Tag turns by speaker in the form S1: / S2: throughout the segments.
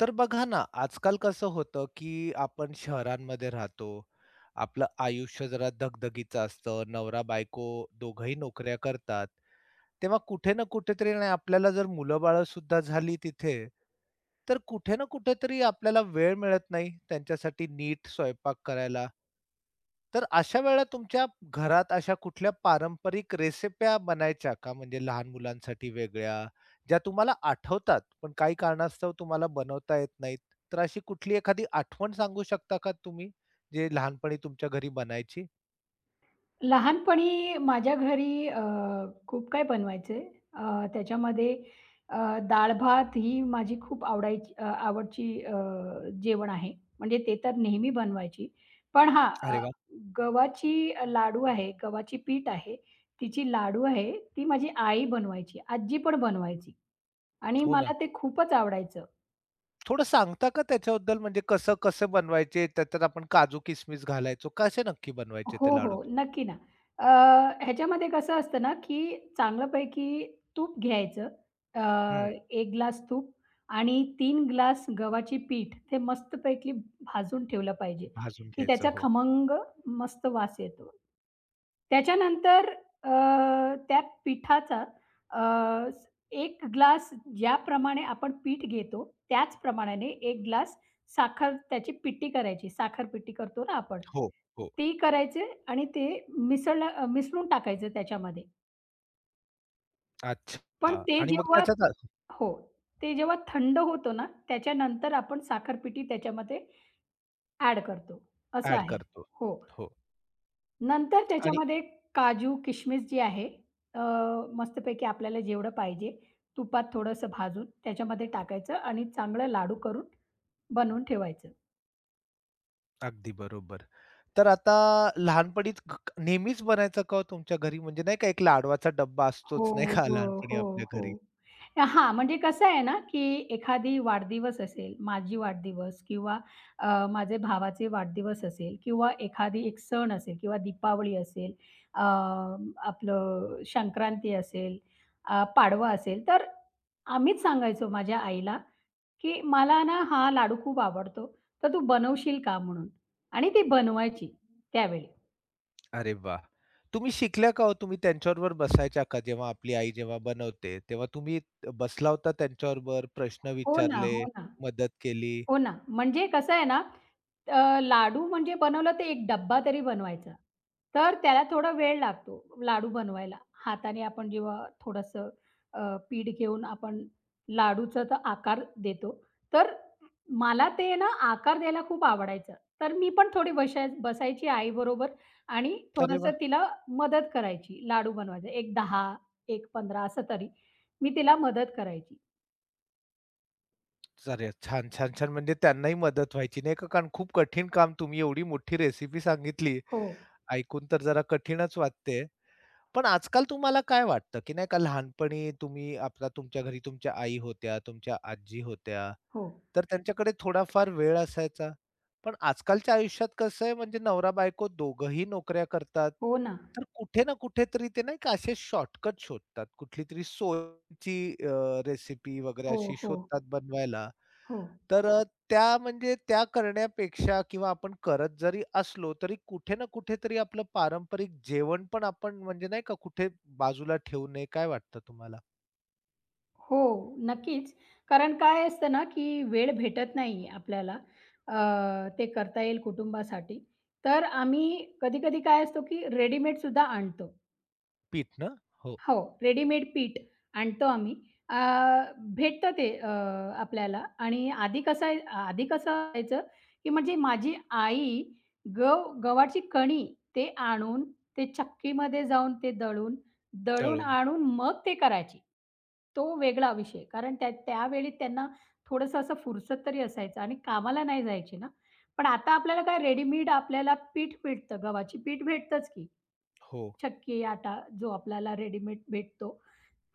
S1: तर बघा ना, आजकाल कसं होतं, की आपण शहरांमध्ये राहतो. आपलं आयुष्य जरा धगधगीचं असतं. नवरा-बायको दोघंही नोकऱ्या करतात. तेव्हा कुठे ना कुठेतरी नाही आपल्याला जर मुलं-बाळं सुद्धा झाली तिथे, तर कुठे ना कुठेतरी आपल्याला वेळ मिळत नाही त्यांच्यासाठी नीट स्वयंपाक करायला तर अशा वेळेला तुमच्या घरात अशा कुठल्या पारंपरिक रेसिप्या बनायच्या का? म्हणजे लहान मुलांसाठी वेगळ्या, ज्या तुम्हाला आठवतात, पण काही कारणास्तव तुम्हाला बनवता येत नाहीत. तर अशी कुठली एखादी आठवण सांगू शकता का तुम्ही, जे लहानपणी तुमच्या घरी बनायची?
S2: लहानपणी माझ्या घरी खूप काय बनवायचे. त्याच्यामध्ये अ, डाळ-भात ही माझी खूप आवडायची, आवडची जेवण आहे. म्हणजे ते तर नेहमी बनवायची. पण हां,
S1: अरे
S2: अ,
S1: वाह!
S2: गव्हाची लाडू आहे, गव्हाची पीठ आहे, तिची लाडू आहे, ती माझी आई बनवायची, आजी पण बनवायची आणि
S1: हो
S2: मला
S1: ना.
S2: ते खूपच आवडायचं.
S1: थोडं सांगता का त्याच्याबद्दल? म्हणजे कसं कसं बनवायचे? त्याच्यात आपण काजू, किसमिस घालायचो. कसे नक्की बनवायचे ते
S2: हो,
S1: लाडू
S2: हो.
S1: तो?
S2: नक्की ना. अ, ह्याच्यामध्ये कसं असतं ना, की चांगल्यापैकी तूप घ्यायचं.
S1: हं.
S2: एक ग्लास तूप आणि 3 ग्लास गव्हाची पीठ ते मस्तपैकी भाजून ठेवलं पाहिजे,
S1: भाजून
S2: की
S1: घ्यायचं.
S2: त्याचा
S1: हो.
S2: खमंग मस्त वास येतो. त्याच्यानंतर अ, त्या पिठाचा अ, एक ग्लास ज्याप्रमाणे आपण पीठ घेतो त्याच प्रमाणाने 1 ग्लास साखर त्याची पिट्टी करायची, साखर पिट्टी करतो ना आपण.
S1: हो, हो.
S2: ती करायचे आणि ते मिसळून टाकायचं त्याच्यामध्ये. पण
S1: अच्छा
S2: ते
S1: आणि मग
S2: जेव्हा
S1: त्याच्यात
S2: हो, ते जेव्हा थंड होतं ना, त्याच्यानंतर आपण साखर पिठी त्याच्यामध्ये ॲड करतो, असं
S1: ॲड
S2: आहे.
S1: करतो.
S2: हो.
S1: हो
S2: नंतर
S1: आणि
S2: त्याच्यामध्ये काजू, किशमिश जे आहे, अ, मस्तपैकी आपल्याला जेवढं पाहिजे तुपात थोडंसं भाजून त्याच्यामध्ये टाकायचं आणि चांगलं लाडू करून बनवून ठेवायचं.
S1: अगदी बरोबर. तर आता लहानपणीच क क नेहमीच बनायचं का हो तुमच्या घरी? म्हणजे नाही का एक लाडवाचा डब्बा
S2: हो,
S1: असतोच नाही का
S2: हो,
S1: लहानपणी
S2: हो,
S1: आपल्या घरी?
S2: हो. हां, म्हणजे कसं आहे ना, की एखादी वाढदिवस असेल, माझी वाढदिवस किंवा माझे भावाचे वाढदिवस असेल किंवा एखादी एक सण असेल किंवा दीपावली असेल, अ, आपलं संक्रांती असेल, पाडवा असेल, तर आम्हीच सांगायचो माझ्या आईला, की "मला ना हा लाडू खूप आवडतो, तर तू बनवशील का?" म्हणून आणि ती बनवायची त्यावेळी.
S1: अरे वाह! तुम्ही शिकल्या का हो? तुम्ही त्यांच्याबरोबर बसायच्या का? जेव्हा आपली आई जेव्हा बनवते, तेव्हा तुम्ही बसला होता त्यांच्याबरोबर, प्रश्न
S2: हो ना,
S1: विचारले,
S2: हो ना,
S1: मदत केली?
S2: हो ना. म्हणजे कसं आहे ना, लाडू म्हणजे बनवलं ते एक डब्बा तरी बनवायचा. तर त्याला थोडा वेळ लागतो लाडू बनवायला. हाताने आपण जेव्हा थोडंसं अ, पीठ घेऊन आपण लाडूचा तर आकार देतो. तर मला ते ना आकार द्यायला खूप आवडायचं. तर मी पण थोडी बसायची आईबरोबर आणि
S1: अरे
S2: थोडंसं
S1: वाह!
S2: तिला मदत करायची लाडू बनवायचं. एक 10, एक 15 असं तरी. मी तिला मदत करायची.
S1: अरे छान, छान, छान. म्हणजे त्यांनाही मदत व्हायची नाही का? कारण खूप कठीण काम तुम्ही एवढी मोठी रेसिपी सांगितली,
S2: हो,
S1: ऐकून तर जरा कठीणच वाटते. पण आजकाल तुम्हाला काय वाटतं, की नाही का लहानपणी तुम्ही आपला तुमच्या घरी तुमच्या आई होत्या, तुमच्या आजी होत्या,
S2: हो.
S1: तर त्यांच्याकडे थोडाफार वेळ असायचा. पण आजकालच्या आयुष्यात कसं आहे म्हणजे नवरा-बायको दोघंही नोकऱ्या करतात.
S2: हो ना.
S1: तर कुठे ना कुठेतरी ते नाही का असे शॉर्टकट शोधतात. कुठलीतरी सोयची रेसिपी वगैरे
S2: हो,
S1: अशी
S2: हो,
S1: शोधतात बनवायला.
S2: हो.
S1: तर त्या म्हणजे त्या करण्यापेक्षा किंवा आपण करत जरी असलो, तरी कुठे ना कुठेतरी आपलं पारंपरिक जेवण पण आपण म्हणजे नाही का कुठे बाजूला ठेवू नये, काय वाटतं तुम्हाला?
S2: हो, नक्कीच. कारण काय असतं ना, की वेळ भेटत नाहीये आपल्याला, अ, ते करता येईल कुटुंबासाठी. तर आम्ही कधी-कधी काय असतो, की रेडीमेड सुद्धा आणतो.
S1: पीठ ना? हो,
S2: हो, रेडीमेड पीठ आणतो आम्ही. अ, भेटतं ते, आपल्याला आणि आधी कसं असायचं, की म्हणजे माझी आई गव्हाची कणी ते आणून, ते चक्कीमध्ये जाऊन ते दळून,
S1: दळून.
S2: आणून मग ते करायची. तो वेगळा विषय. कारण त्यावेळी त्यांना थोडंसं असं फुरसत तरी असायचं आणि कामाला नाही जायचे ना. पण आता आपल्याला काय रेडीमेड आपल्याला पीठ भेटतं, गव्हाची पीठ भेटतंच की.
S1: हो.
S2: चक्की, आटा जो आपल्याला रेडीमेड भेटतो,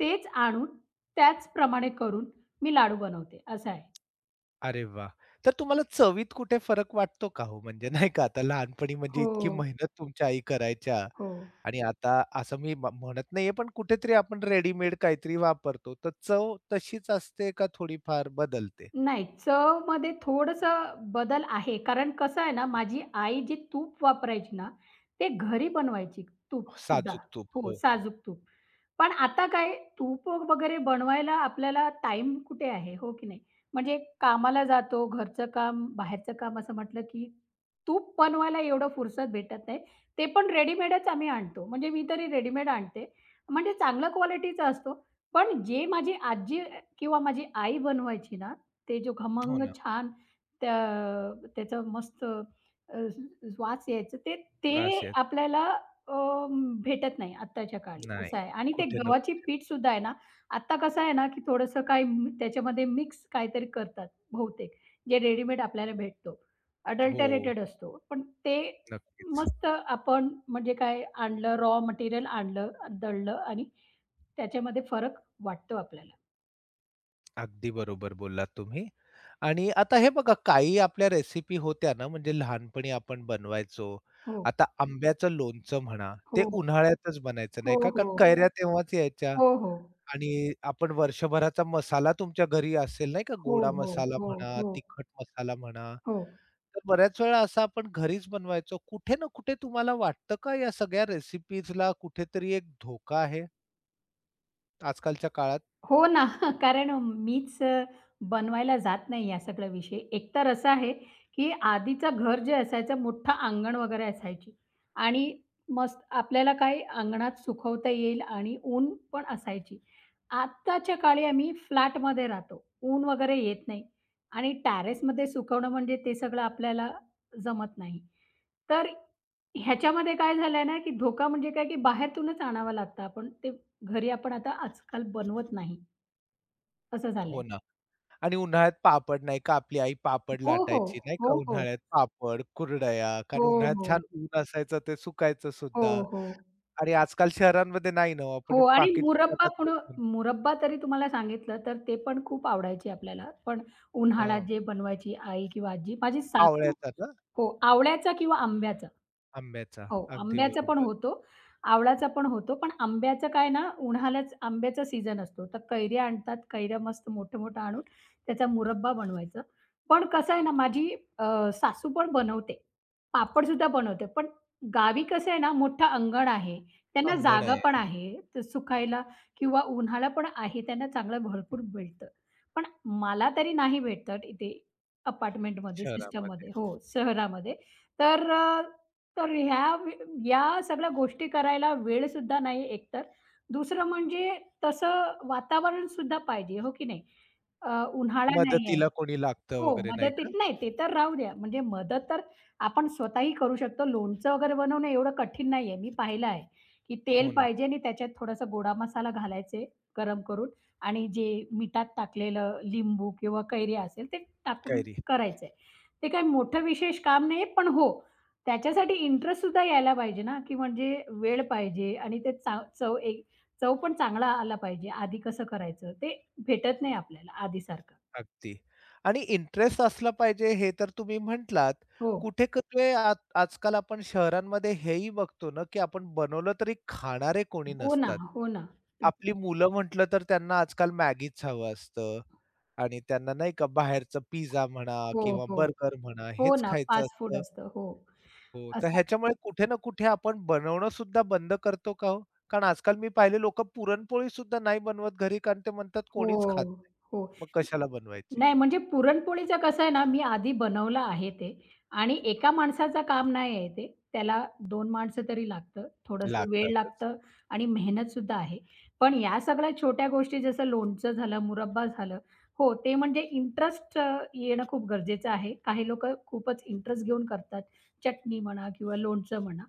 S2: तेच आणून त्याचप्रमाणे करून मी लाडू बनवते, असं आहे.
S1: अरे वा, तर तुम्हाला चवीत कुठे फरक वाटतो का हो? म्हणजे नाही का आता लहानपणी म्हणजे इतकी
S2: हो,
S1: मेहनत तुमच्या आई करायच्या
S2: हो.
S1: आणि आता असं मी म्हणत नाहीये, पण कुठेतरी आपण रेडीमेड काहीतरी वापरतो. तर चव तशीच असते का थोडीफार बदलते?
S2: नाही, चवमध्ये थोडंसं बदल आहे. कारण कसं आहे ना, माझी आई जे तूप वापरायची ना, ते घरी बनवायची तूपसुद्धा.
S1: साजूक तूप.
S2: हो,
S1: हो.
S2: साजूक तूप. पण आता काय तूप वगैरे बनवायला आपल्याला टाईम कुठे आहे, हो की नाही? म्हणजे कामाला जातो, घरचं काम, बाहेरचं काम असं म्हटलं की तूप बनवायला एवढं फुरसत भेटत नाही. ते पण रेडीमेडच आम्ही आणतो. म्हणजे मी तरी रेडीमेड आणते. म्हणजे चांगल्या क्वालिटीचा असतो. पण जे माझी आजी किंवा माझी आई बनवायची ना, ते जो
S1: हो
S2: खमंग
S1: ना.
S2: छान त्याचं मस्त अ, स वास यायचं ते
S1: वास
S2: ते
S1: येतो.
S2: आपल्याला अ, भेटत नाही आत्ताच्या काळी, असं
S1: नाही,
S2: आहे आणि ते
S1: कुठे ना
S2: गव्हाची
S1: कुठे
S2: पीठ सुद्धा आहे ना, आत्ता कसं आहे ना, की थोडंसं काही त्याच्यामध्ये मिक्स काहीतरी करतात बहुतेक, जे रेडीमेड आपल्याला भेटतो.
S1: हो,
S2: अडल्टरेटेड असतो. पण ते
S1: नक्कीच.
S2: मस्त आपण म्हणजे काय आणलं, रॉ मटेरियल आणलं, दळलं आणि त्याच्यामध्ये फरक वाटतो आपल्याला.
S1: अगदी बरोबर बोललात तुम्ही. आणि आता हे बघा काही आपल्या रेसिपी होत्या ना, म्हणजे लहानपणी आपण बनवायचो.
S2: हो,
S1: आता आंब्याचं लोणचं म्हणा,
S2: हो,
S1: ते उन्हाळ्यातच बनायचं नाही
S2: हो,
S1: का, कारण
S2: हो,
S1: कैऱ्या हो. तेव्हाच यायच्या
S2: हो, हो,
S1: आणि आपण वर्षभराचा मसाला तुमच्या घरी असेल नाही का,
S2: हो,
S1: गोडा
S2: हो,
S1: मसाला
S2: हो,
S1: म्हणा,
S2: हो,
S1: तिखट मसाला म्हणा.
S2: हो.
S1: तर बऱ्याच वेळा असं आपण घरीच बनवायचो. कुठे ना कुठे तुम्हाला वाटतं का या सगळ्या रेसिपीजला कुठेतरी एक धोका आहे आजकालच्या काळात?
S2: हो ना. कारण मीच बनवायला जात नाही या सगळा विषय. एकतर असं आहे, की आधीचं घर जे असायचं मोठं अंगण वगैरे असायची आणि मस्त आपल्याला काय अंगणात सुकवता येईल आणि ऊन पण असायची. आत्ताच्या काळी आम्ही फ्लॅटमध्ये राहतो. ऊन वगैरे येत नाही आणि टेरेसमध्ये सुकवणं म्हणजे ते सगळं आपल्याला जमत नाही. तर ह्याच्यामध्ये काय झालंय ना, की धोका म्हणजे काय, की बाहेरतूनच आणावं लागतं. आपण ते घरी आपण आता आजकाल बनवत नाही, असं
S1: हो
S2: झालंय.
S1: ना आणि उन्हाळ्यात पापड नाही का आपली आई पापड
S2: हो, हो.
S1: लाटायची नाही का
S2: हो, हो.
S1: उन्हाळ्यात पापड, कुरडया कारण
S2: हो,
S1: उन्हाळ्यात
S2: हो.
S1: छान ऊन असायचं ते सुकायचं
S2: हो,
S1: सुद्धा
S2: हो.
S1: आणि आजकाल शहरांमध्ये नाही ना हो, आपण
S2: हो
S1: एक
S2: आणि
S1: पाकीट
S2: मुरब्बा
S1: दुकानात
S2: पण, मुरब्बा तरी तुम्हाला सांगितलं तर ते पण खूप आवडायचे आपल्याला. पण उन्हाळ्यात
S1: अ,
S2: जे बनवायची आई किंवा आजी माझी सासू.
S1: आवळ्याचा ना?
S2: हो, आवळ्याचा किंवा आंब्याचा.
S1: आंब्याचा.
S2: हो,
S1: अगदी
S2: आंब्याचा पण
S1: बरोबर.
S2: होतो, आवळाचा पण होतो. पण आंब्याचं काय ना, उन्हाळ्याच आंब्याचा सीझन असतो. तर कैऱ्या आणतात. कैऱ्या मस्त मोठ्या-मोठ्या आणून त्याचा मुरब्बा बनवायचा. पण कसं आहे ना, माझी अ, सासू पण बनवते. पापडसुद्धा बनवते. पण गावी कसं आहे ना, मोठं अंगण आहे. त्यांना
S1: अंगण
S2: जागा
S1: आहे
S2: पण आहे. तर सुकायला किंवा उन्हाळा पण आहे. त्यांना चांगलं भरपूर भेटतं. पण मला तरी नाही भेटत इथे अपार्टमेंटमध्ये,
S1: शहरामध्ये.
S2: सिस्टममध्ये, हो, शहरामध्ये. तर तर ह्या वे या सगळ्या गोष्टी करायला वेळ सुद्धा नाही एकतर. दुसरं म्हणजे तसं वातावरण सुद्धा पाहिजे, हो की नाही? उन्हाळा नाहीये.
S1: मदतीला कोणी लागतं
S2: हो,
S1: वगैरे नाही का?
S2: मदतीत नाही ते तर राहू द्या. म्हणजे मदत तर आपण स्वतःही करू शकतो. लोणचं वगैरे बनवणं एवढं कठीण नाहीये. मी पाहिलं आहे, की
S1: हो
S2: तेल
S1: ना.
S2: पाहिजे आणि त्याच्यात थोडासा गोडा मसाला घालायचे, गरम करून आणि जे मिठात टाकलेलं लिंबू किंवा कैरी असेल ते टाकून
S1: कैरी.
S2: करायचंय. ते काही मोठं विशेष काम नाहीये. पण हो, त्याच्यासाठी इंटरेस्ट सुद्धा यायला पाहिजे ना, की म्हणजे वेळ पाहिजे आणि ते चा चव एक चव पण चांगला आला पाहिजे. आधी कसं करायचं ते भेटत नाही आपल्याला आधीसारखं.
S1: अगदी. आणि इंटरेस्ट असला पाहिजे हे तर तुम्ही म्हटलात.
S2: हो.
S1: कुठे-कुठे आ आजकाल आपण शहरांमध्ये हेही बघतो ना, की आपण बनवलं तरी खाणारे कोणी
S2: हो ना,
S1: नसतात.
S2: हो ना.
S1: आपली मुलं म्हटलं तर त्यांना आजकाल मॅगीच हवं असतं आणि त्यांना नाही का बाहेरचं पिझ्झा म्हणा
S2: हो,
S1: किंवा
S2: हो.
S1: बर्गर म्हणा
S2: हो
S1: हेच
S2: ना,
S1: खायचं
S2: फास्ट फूड
S1: असतं.
S2: असतं. हो.
S1: हो, तर
S2: असं
S1: ह्याच्यामुळे कुठे ना कुठे आपण बनवणं सुद्धा बंद करतो का हो? कारण आजकाल मी पाहिले लोकं पुरणपोळी सुद्धा नाही बनवत घरी कारण ते म्हणतात कोणीच खात
S2: हो,
S1: नाही.
S2: हो.
S1: मग कशाला बनवायची?
S2: नाही, म्हणजे पुरणपोळीचं कसं आहे ना, मी आधी बनवलं आहे ते आणि एका माणसाचं काम नाही आहे ते. त्याला 2 माणसं तरी लागतं, थोडंसं वेळ
S1: लागतातच.
S2: लागतं आणि मेहनतसुद्धा आहे. पण या सगळ्या छोट्या गोष्टी जसं लोणचं झालं, मुरब्बा झालं, हो, ते म्हणजे इंटरेस्ट येणं खूप गरजेचं आहे. काही लोकं खूपच इंटरेस्ट घेऊन करतात. चटणी म्हणा किंवा लोणचं म्हणा,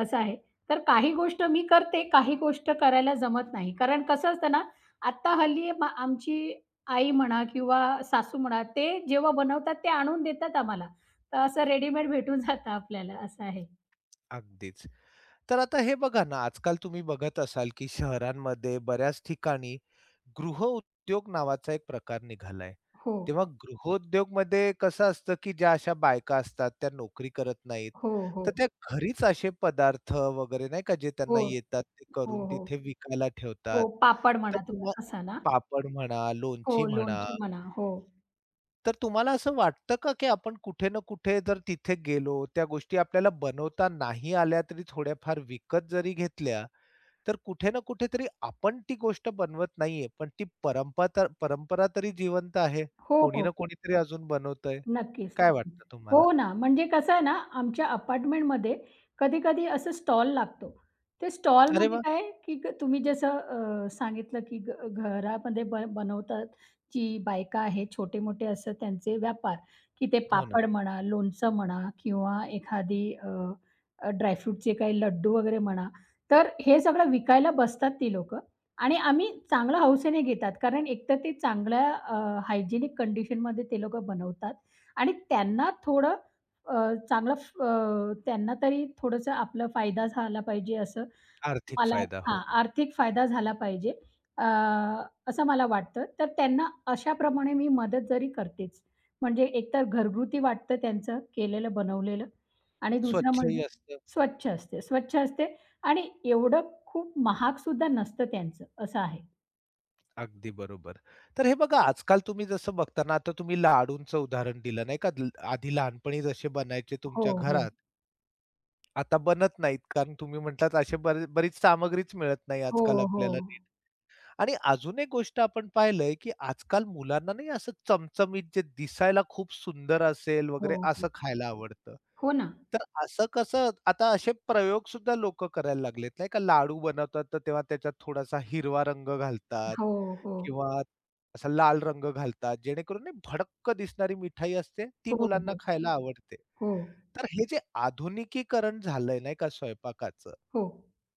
S2: असं आहे. तर काही गोष्ट मी करते, काही गोष्ट करायला जमत नाही. कारण कसं असतं ना, आत्ता हल्ली आमची आई म्हणा किंवा सासू म्हणा, ते जेव्हा बनवतात ते आणून देतात आम्हाला. तर असं रेडीमेड भेटून जातं आपल्याला, असं आहे.
S1: अगदीच. तर आता हे बघा ना, आजकाल तुम्ही बघत असाल, की शहरांमध्ये बऱ्याच ठिकाणी गृहउद्योग नावाचा एक प्रकार निघालाय.
S2: हो,
S1: तेव्हा गृहोद्योगमध्ये कसं असतं, की ज्या अशा बायका असतात त्या नोकरी करत नाहीत.
S2: हो,
S1: तर
S2: हो.
S1: त्या घरीच असे पदार्थ वगैरे नाही का, जे
S2: हो,
S1: त्यांना येतात ते
S2: हो,
S1: करून
S2: हो.
S1: तिथे विकायला ठेवतात.
S2: हो, पापड
S1: तर
S2: म्हणा तुम्ही
S1: तुम्हा
S2: असा ना?
S1: पापड म्हणा,
S2: हो,
S1: लोणची म्हणा
S2: लोणची म्हणा. हो.
S1: तर तुम्हाला असं वाटतं का, की आपण कुठे ना कुठे जर तिथे गेलो, त्या गोष्टी आपल्याला बनवता नाही आल्या तरी थोड्याफार विकत जरी घेतल्या, तर कुठे ना कुठे तरी आपण ती गोष्ट बनवत नाहीये, पण ती परंपा तर परंपरा तरी जिवंत आहे.
S2: हो,
S1: कोणी
S2: हो.
S1: ना कोणीतरी अजून बनवतंय.
S2: नक्कीच,
S1: काय
S2: नक्कीच.
S1: वाटतं तुम्हाला?
S2: हो ना, म्हणजे कसं आहे ना, आमच्या अपार्टमेंटमध्ये कधी-कधी असं स्टॉल लागतो. ते
S1: अरे
S2: स्टॉलमध्ये
S1: वाह!
S2: काय आहे, की तुम्ही जसं सांगितलं, की घरामध्ये बनवतात जी बायका आहेत, छोटे-मोठे असं त्यांचे व्यापार, की ते
S1: हो ना,
S2: पापड म्हणा, लोणचं म्हणा किंवा एखादी, अ, अ, ड्रायफ्रूटचे काही लड्डू वगैरे म्हणा. तर हे सगळं विकायला बसतात ती लोकं आणि आम्ही चांगल्या हौसेने घेतात. कारण एकतर ते चांगल्या कंडिशनमध्ये ते लोकं बनवतात. आणि त्यांना थोडं, अ, चांगलं, त्यांना तरी थोडंसं आपला फायदा झाला पाहिजे असं
S1: आर्थिक
S2: मला,
S1: फायदा. हो,
S2: हां, आर्थिक फायदा झाला पाहिजे, अ, असं मला वाटतं. तर त्यांना अशाप्रमाणे मी मदत जरी करतेच. म्हणजे एकतर घरगुती वाटतं त्यांचं केलेलं बनवलेलं आणि दुसरं म्हणजे
S1: स्वच्छही असतं.
S2: स्वच्छ असते, स्वच्छ असते आणि एवढं खूप महागसुद्धा नसतं त्यांचं, असं आहे.
S1: अगदी बरोबर. तर हे बघा आजकाल तुम्ही जसं बघताना आता तुम्ही लाडूंचं उदाहरण दिलं नाही का, आधी लहानपणी जसे बनायचे
S2: हो,
S1: तुमच्या
S2: हो.
S1: घरात, आता बनत नाहीत. कारण तुम्ही म्हटलात अशी बरीच सामग्रीच मिळत नाही
S2: हो,
S1: आजकाल
S2: हो.
S1: आपल्याला नीट. आणि अजून एक गोष्ट आपण पाहिलंय, की आजकाल मुलांना नाही असं चमचमीत जे दिसायला खूप सुंदर असेल
S2: हो,
S1: वगैरे
S2: हो.
S1: असं खायला आवडतं.
S2: हो ना.
S1: तर असं कसं आता असे प्रयोग सुद्धा लोकं करायला लागलेत नाही का. लाडू बनवतात तर तेव्हा त्याच्यात थोडासा हिरवा रंग घालतात
S2: हो, हो.
S1: किंवा असा लाल रंग घालतात. जेणेकरून नाही भडक्क दिसणारी मिठाई असते ती
S2: हो,
S1: मुलांना
S2: हो.
S1: खायला आवडते.
S2: हो,
S1: तर हे जे आधुनिकीकरण झालंय नाही का स्वयंपाकाचं,
S2: हो.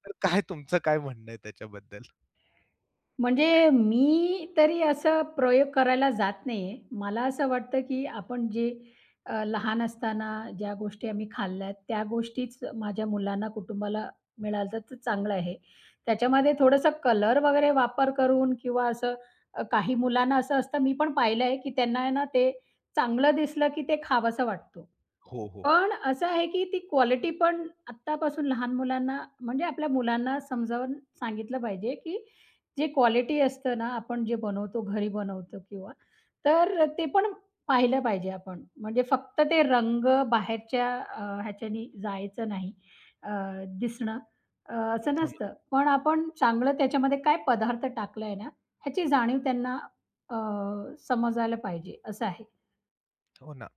S1: तर काय तुमचं काय म्हणणं आहे त्याच्याबद्दल?
S2: म्हणजे मी तरी असं प्रयोग करायला जात नाहीये. मला असं वाटतं, की आपण जे लहान असताना ज्या गोष्टी आम्ही खाल्ल्यात, त्या गोष्टीच माझ्या मुलांना, कुटुंबाला मिळालं तर चांगलं आहे. त्याच्यामध्ये थोडंसं कलर वगैरे वापर करून किंवा असं, काही मुलांना असं असतं, मी पण पाहिलं आहे, की त्यांना आहे ना, ते चांगलं दिसलं, की ते खावंसं वाटतो.
S1: हो, हो, हो.
S2: पण असं आहे, की ती क्वालिटी पण आत्तापासून लहान मुलांना, म्हणजे आपल्या मुलांना समजावून सांगितलं पाहिजे, की जे क्वालिटी असतं ना, आपण जे बनवतो, घरी बनवतो किंवा, तर ते पण पाहिलं पाहिजे आपण. म्हणजे फक्त ते रंग बाहेरच्या ह्याच्यानी जायचं नाही, अ, दिसणं असं
S1: हो ना,
S2: नसतं. पण आपण चांगलं त्याच्यामध्ये काय पदार्थ टाकलाय ना, ह्याची जाणीव त्यांना अ, समजायला पाहिजे, असं आहे.
S1: हो ना.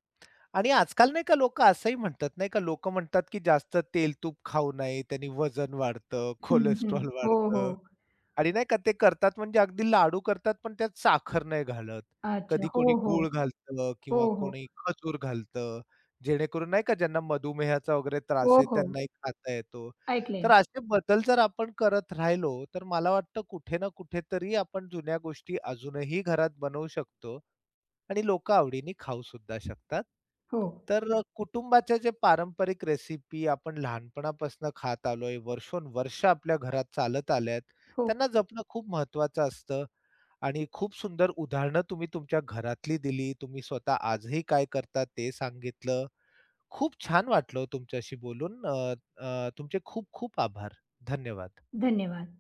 S1: आणि आजकाल नाही का लोकं असंही म्हणतात नाही का, लोकं म्हणतात की जास्त तेल-तूप खाऊ नये, त्यानी वजन वाढतं,
S2: हं, हं.
S1: कोलेस्ट्रॉल
S2: हो, हो.
S1: वाढतं. आणि नाही का ते करतात म्हणजे अगदी लाडू करतात, पण त्यात साखर नाही घालत.
S2: अच्छा.
S1: कधी
S2: हो,
S1: कोणी
S2: हो.
S1: गूळ घालतं
S2: हो,
S1: किंवा
S2: हो.
S1: कोणी खजूर घालतं, जेणेकरून नाही का ज्यांना मधुमेहाचा वगैरे त्रास
S2: हो,
S1: आहे
S2: हो.
S1: त्यांनाही खाता येतो. तर
S2: ऐकलंय.
S1: असे बदल जर आपण करत राहिलो, तर मला वाटतं कुठे ना कुठेतरी आपण जुन्या गोष्टी अजूनही घरात बनवू शकतो. आणि लोकं आवडीने खाऊ सुद्धा शकतात.
S2: हो.
S1: तर कुटुंबाच्या जे पारंपरिक रेसिपी आपण लहानपणापासून खात आलोय, वर्षोनवर्ष आपल्या घरात चालत आल्यात,
S2: हो.
S1: त्यांना जपणं खूप महत्वाचं असतं आणि खूप सुंदर उदाहरणं तुम्ही तुमच्या घरातली दिली. तुम्ही स्वतः आजही काय करता ते सांगितलं. खूप छान वाटलं हो तुमच्याशी बोलून. अ, अ, तुमचे खूप खूप आभार. धन्यवाद.
S2: धन्यवाद.